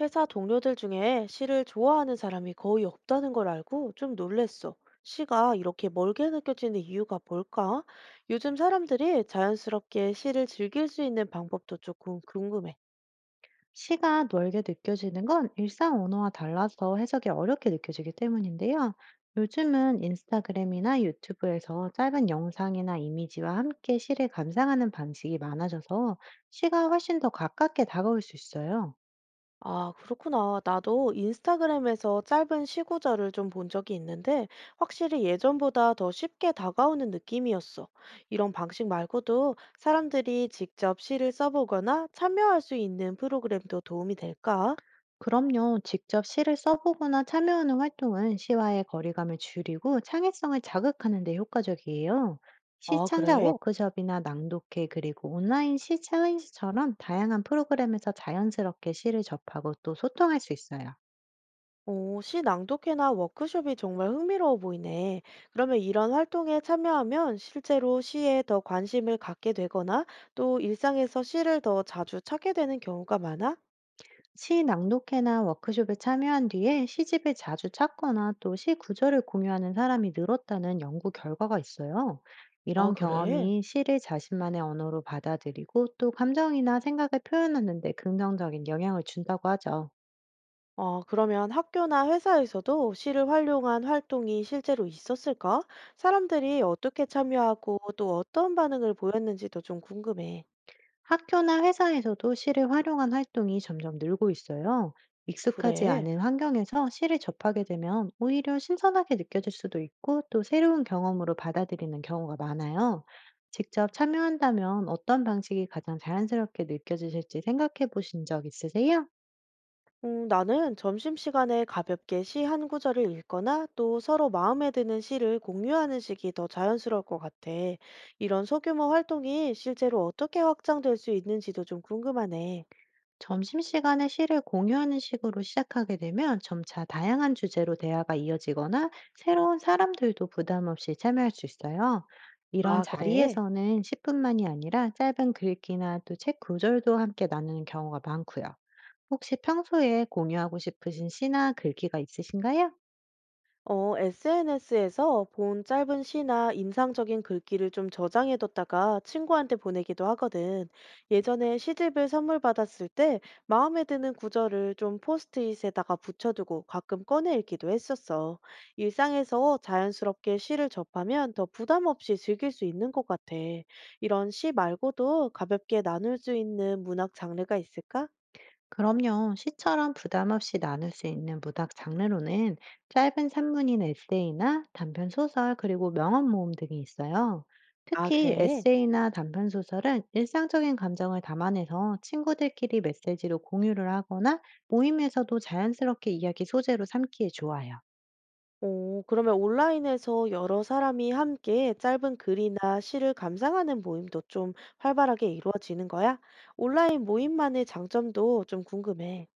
회사 동료들 중에 시를 좋아하는 사람이 거의 없다는 걸 알고 좀 놀랬어. 시가 이렇게 멀게 느껴지는 이유가 뭘까? 요즘 사람들이 자연스럽게 시를 즐길 수 있는 방법도 조금 궁금해. 시가 멀게 느껴지는 건 일상 언어와 달라서 해석이 어렵게 느껴지기 때문인데요. 요즘은 인스타그램이나 유튜브에서 짧은 영상이나 이미지와 함께 시를 감상하는 방식이 많아져서 시가 훨씬 더 가깝게 다가올 수 있어요. 아, 그렇구나. 나도 인스타그램에서 짧은 시 구절을 좀 본 적이 있는데 확실히 예전보다 더 쉽게 다가오는 느낌이었어. 이런 방식 말고도 사람들이 직접 시를 써보거나 참여할 수 있는 프로그램도 도움이 될까? 그럼요. 직접 시를 써보거나 참여하는 활동은 시와의 거리감을 줄이고 창의성을 자극하는 데 효과적이에요. 아, 시창작 그래? 워크숍이나 낭독회, 그리고 온라인 시 챌린지처럼 다양한 프로그램에서 자연스럽게 시를 접하고 또 소통할 수 있어요. 오, 시 낭독회나 워크숍이 정말 흥미로워 보이네. 그러면 이런 활동에 참여하면 실제로 시에 더 관심을 갖게 되거나 또 일상에서 시를 더 자주 찾게 되는 경우가 많아? 시 낭독회나 워크숍에 참여한 뒤에 시집을 자주 찾거나 또 시 구절을 공유하는 사람이 늘었다는 연구 결과가 있어요. 아, 이런 그래? 경험이 시를 자신만의 언어로 받아들이고 또 감정이나 생각을 표현하는 데 긍정적인 영향을 준다고 하죠. 어 그러면 학교나 회사에서도 시를 활용한 활동이 실제로 있었을까? 사람들이 어떻게 참여하고 또 어떤 반응을 보였는지도 좀 궁금해. 학교나 회사에서도 시를 활용한 활동이 점점 늘고 있어요. 익숙하지 그래. 않은 환경에서 시를 접하게 되면 오히려 신선하게 느껴질 수도 있고, 또 새로운 경험으로 받아들이는 경우가 많아요. 직접 참여한다면 어떤 방식이 가장 자연스럽게 느껴지실지 생각해 보신 적 있으세요? 나는 점심시간에 가볍게 시 한 구절을 읽거나 또 서로 마음에 드는 시를 공유하는 식이 더 자연스러울 것 같아. 이런 소규모 활동이 실제로 어떻게 확장될 수 있는지도 좀 궁금하네. 점심시간에 시를 공유하는 식으로 시작하게 되면 점차 다양한 주제로 대화가 이어지거나 새로운 사람들도 부담 없이 참여할 수 있어요. 이런 아, 그래? 자리에서는 시분만이 아니라 짧은 글귀나 또 책 구절도 함께 나누는 경우가 많고요. 혹시 평소에 공유하고 싶으신 시나 글귀가 있으신가요? SNS에서 본 짧은 시나 인상적인 글귀를 좀 저장해뒀다가 친구한테 보내기도 하거든. 예전에 시집을 선물 받았을 때 마음에 드는 구절을 좀 포스트잇에다가 붙여두고 가끔 꺼내 읽기도 했었어. 일상에서 자연스럽게 시를 접하면 더 부담 없이 즐길 수 있는 것 같아. 이런 시 말고도 가볍게 나눌 수 있는 문학 장르가 있을까? 그럼요. 시처럼 부담 없이 나눌 수 있는 문학 장르로는 짧은 산문인 에세이나 단편 소설, 그리고 명언 모음 등이 있어요. 아, 특히 그래? 에세이나 단편 소설은 일상적인 감정을 담아내서 친구들끼리 메시지로 공유를 하거나 모임에서도 자연스럽게 이야기 소재로 삼기에 좋아요. 오, 그러면 온라인에서 여러 사람이 함께 짧은 글이나 시를 감상하는 모임도 좀 활발하게 이루어지는 거야? 온라인 모임만의 장점도 좀 궁금해.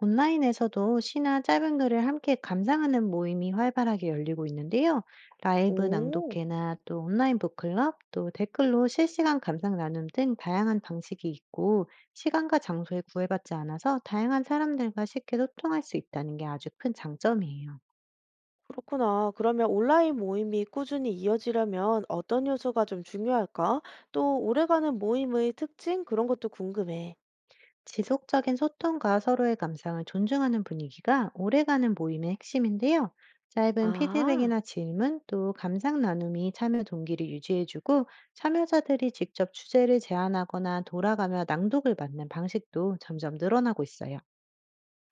온라인에서도 시나 짧은 글을 함께 감상하는 모임이 활발하게 열리고 있는데요. 라이브 오, 낭독회나 또 온라인 북클럽, 또 댓글로 실시간 감상 나눔 등 다양한 방식이 있고, 시간과 장소에 구애받지 않아서 다양한 사람들과 쉽게 소통할 수 있다는 게 아주 큰 장점이에요. 그렇구나. 그러면 온라인 모임이 꾸준히 이어지려면 어떤 요소가 좀 중요할까? 또 오래가는 모임의 특징? 그런 것도 궁금해. 지속적인 소통과 서로의 감상을 존중하는 분위기가 오래가는 모임의 핵심인데요. 짧은 아. 피드백이나 질문, 또 감상 나눔이 참여 동기를 유지해주고, 참여자들이 직접 주제를 제안하거나 돌아가며 낭독을 맡는 방식도 점점 늘어나고 있어요.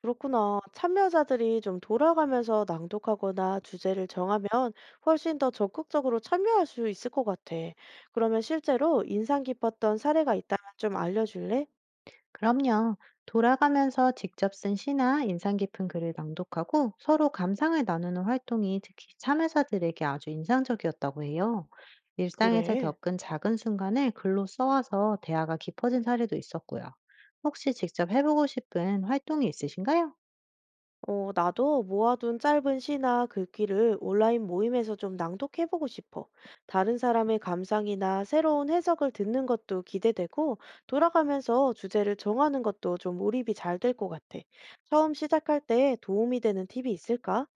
그렇구나. 참여자들이 좀 돌아가면서 낭독하거나 주제를 정하면 훨씬 더 적극적으로 참여할 수 있을 것 같아. 그러면 실제로 인상 깊었던 사례가 있다면 좀 알려줄래? 그럼요. 돌아가면서 직접 쓴 시나 인상 깊은 글을 낭독하고 서로 감상을 나누는 활동이 특히 참여자들에게 아주 인상적이었다고 해요. 일상에서 그래. 겪은 작은 순간을 글로 써와서 대화가 깊어진 사례도 있었고요. 혹시 직접 해보고 싶은 활동이 있으신가요? 나도 모아둔 짧은 시나 글귀를 온라인 모임에서 좀 낭독해보고 싶어. 다른 사람의 감상이나 새로운 해석을 듣는 것도 기대되고, 돌아가면서 주제를 정하는 것도 좀 몰입이 잘 될 것 같아. 처음 시작할 때 도움이 되는 팁이 있을까?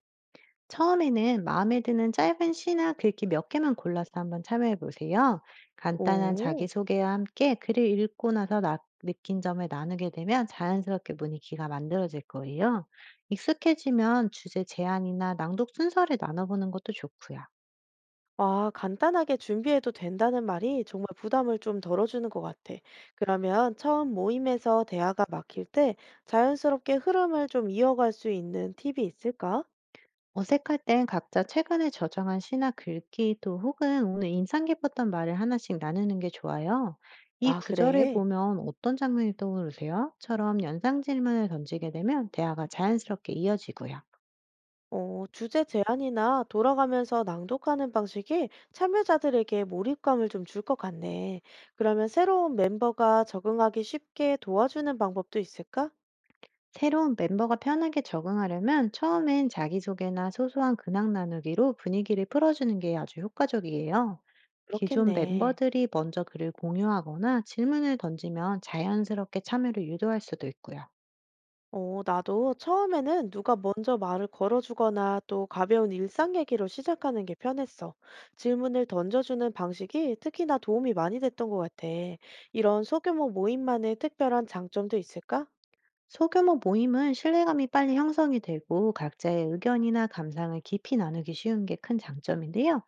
처음에는 마음에 드는 짧은 시나 글귀 몇 개만 골라서 한번 참여해 보세요. 간단한 오. 자기소개와 함께 글을 읽고 나서 느낀 점을 나누게 되면 자연스럽게 분위기가 만들어질 거예요. 익숙해지면 주제 제안이나 낭독 순서를 나눠보는 것도 좋고요. 아 간단하게 준비해도 된다는 말이 정말 부담을 좀 덜어주는 것 같아. 그러면 처음 모임에서 대화가 막힐 때 자연스럽게 흐름을 좀 이어갈 수 있는 팁이 있을까? 어색할 땐 각자 최근에 저장한 시나 글귀, 또 혹은 오늘 인상 깊었던 말을 하나씩 나누는 게 좋아요. "이 아, 구절을 그래. 보면 어떤 장면이 떠오르세요? 처럼 연상 질문을 던지게 되면 대화가 자연스럽게 이어지고요. 주제 제안이나 돌아가면서 낭독하는 방식이 참여자들에게 몰입감을 좀 줄 것 같네. 그러면 새로운 멤버가 적응하기 쉽게 도와주는 방법도 있을까? 새로운 멤버가 편하게 적응하려면 처음엔 자기소개나 소소한 근황 나누기로 분위기를 풀어주는 게 아주 효과적이에요. 기존 그렇겠네. 멤버들이 먼저 글을 공유하거나 질문을 던지면 자연스럽게 참여를 유도할 수도 있고요. 나도 처음에는 누가 먼저 말을 걸어주거나 또 가벼운 일상 얘기로 시작하는 게 편했어. 질문을 던져주는 방식이 특히나 도움이 많이 됐던 것 같아. 이런 소규모 모임만의 특별한 장점도 있을까? 소규모 모임은 신뢰감이 빨리 형성이 되고 각자의 의견이나 감상을 깊이 나누기 쉬운 게 큰 장점인데요.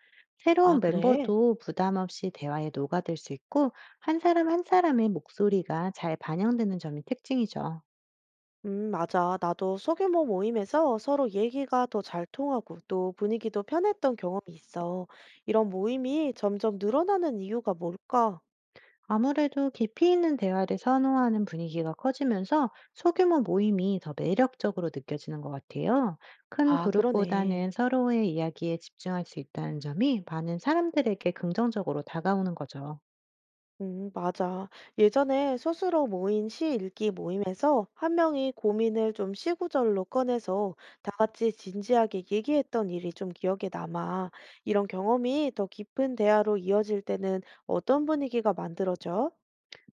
아, 새로운 그래? 멤버도 부담 없이 대화에 녹아들 수 있고, 한 사람 한 사람의 목소리가 잘 반영되는 점이 특징이죠. 맞아. 나도 소규모 모임에서 서로 얘기가 더 잘 통하고 또 분위기도 편했던 경험이 있어. 이런 모임이 점점 늘어나는 이유가 뭘까? 아무래도 깊이 있는 대화를 선호하는 분위기가 커지면서 소규모 모임이 더 매력적으로 느껴지는 것 같아요. 큰 아, 그러네. 그룹보다는 서로의 이야기에 집중할 수 있다는 점이 많은 사람들에게 긍정적으로 다가오는 거죠. 맞아. 예전에 스스로 모인 시 읽기 모임에서 한 명이 고민을 좀 시구절로 꺼내서 다 같이 진지하게 얘기했던 일이 좀 기억에 남아. 이런 경험이 더 깊은 대화로 이어질 때는 어떤 분위기가 만들어져?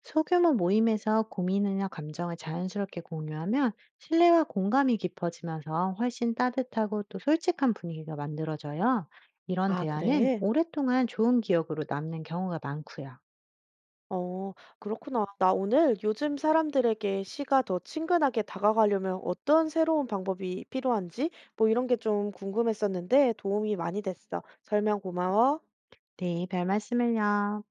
소규모 모임에서 고민이나 감정을 자연스럽게 공유하면 신뢰와 공감이 깊어지면서 훨씬 따뜻하고 또 솔직한 분위기가 만들어져요. 이런 아, 대화는 그래? 오랫동안 좋은 기억으로 남는 경우가 많고요. 어, 그렇구나. 나 오늘 요즘 사람들에게 시가 더 친근하게 다가가려면 어떤 새로운 방법이 필요한지 뭐 이런 게 좀 궁금했었는데 도움이 많이 됐어. 설명 고마워. 네, 별 말씀을요.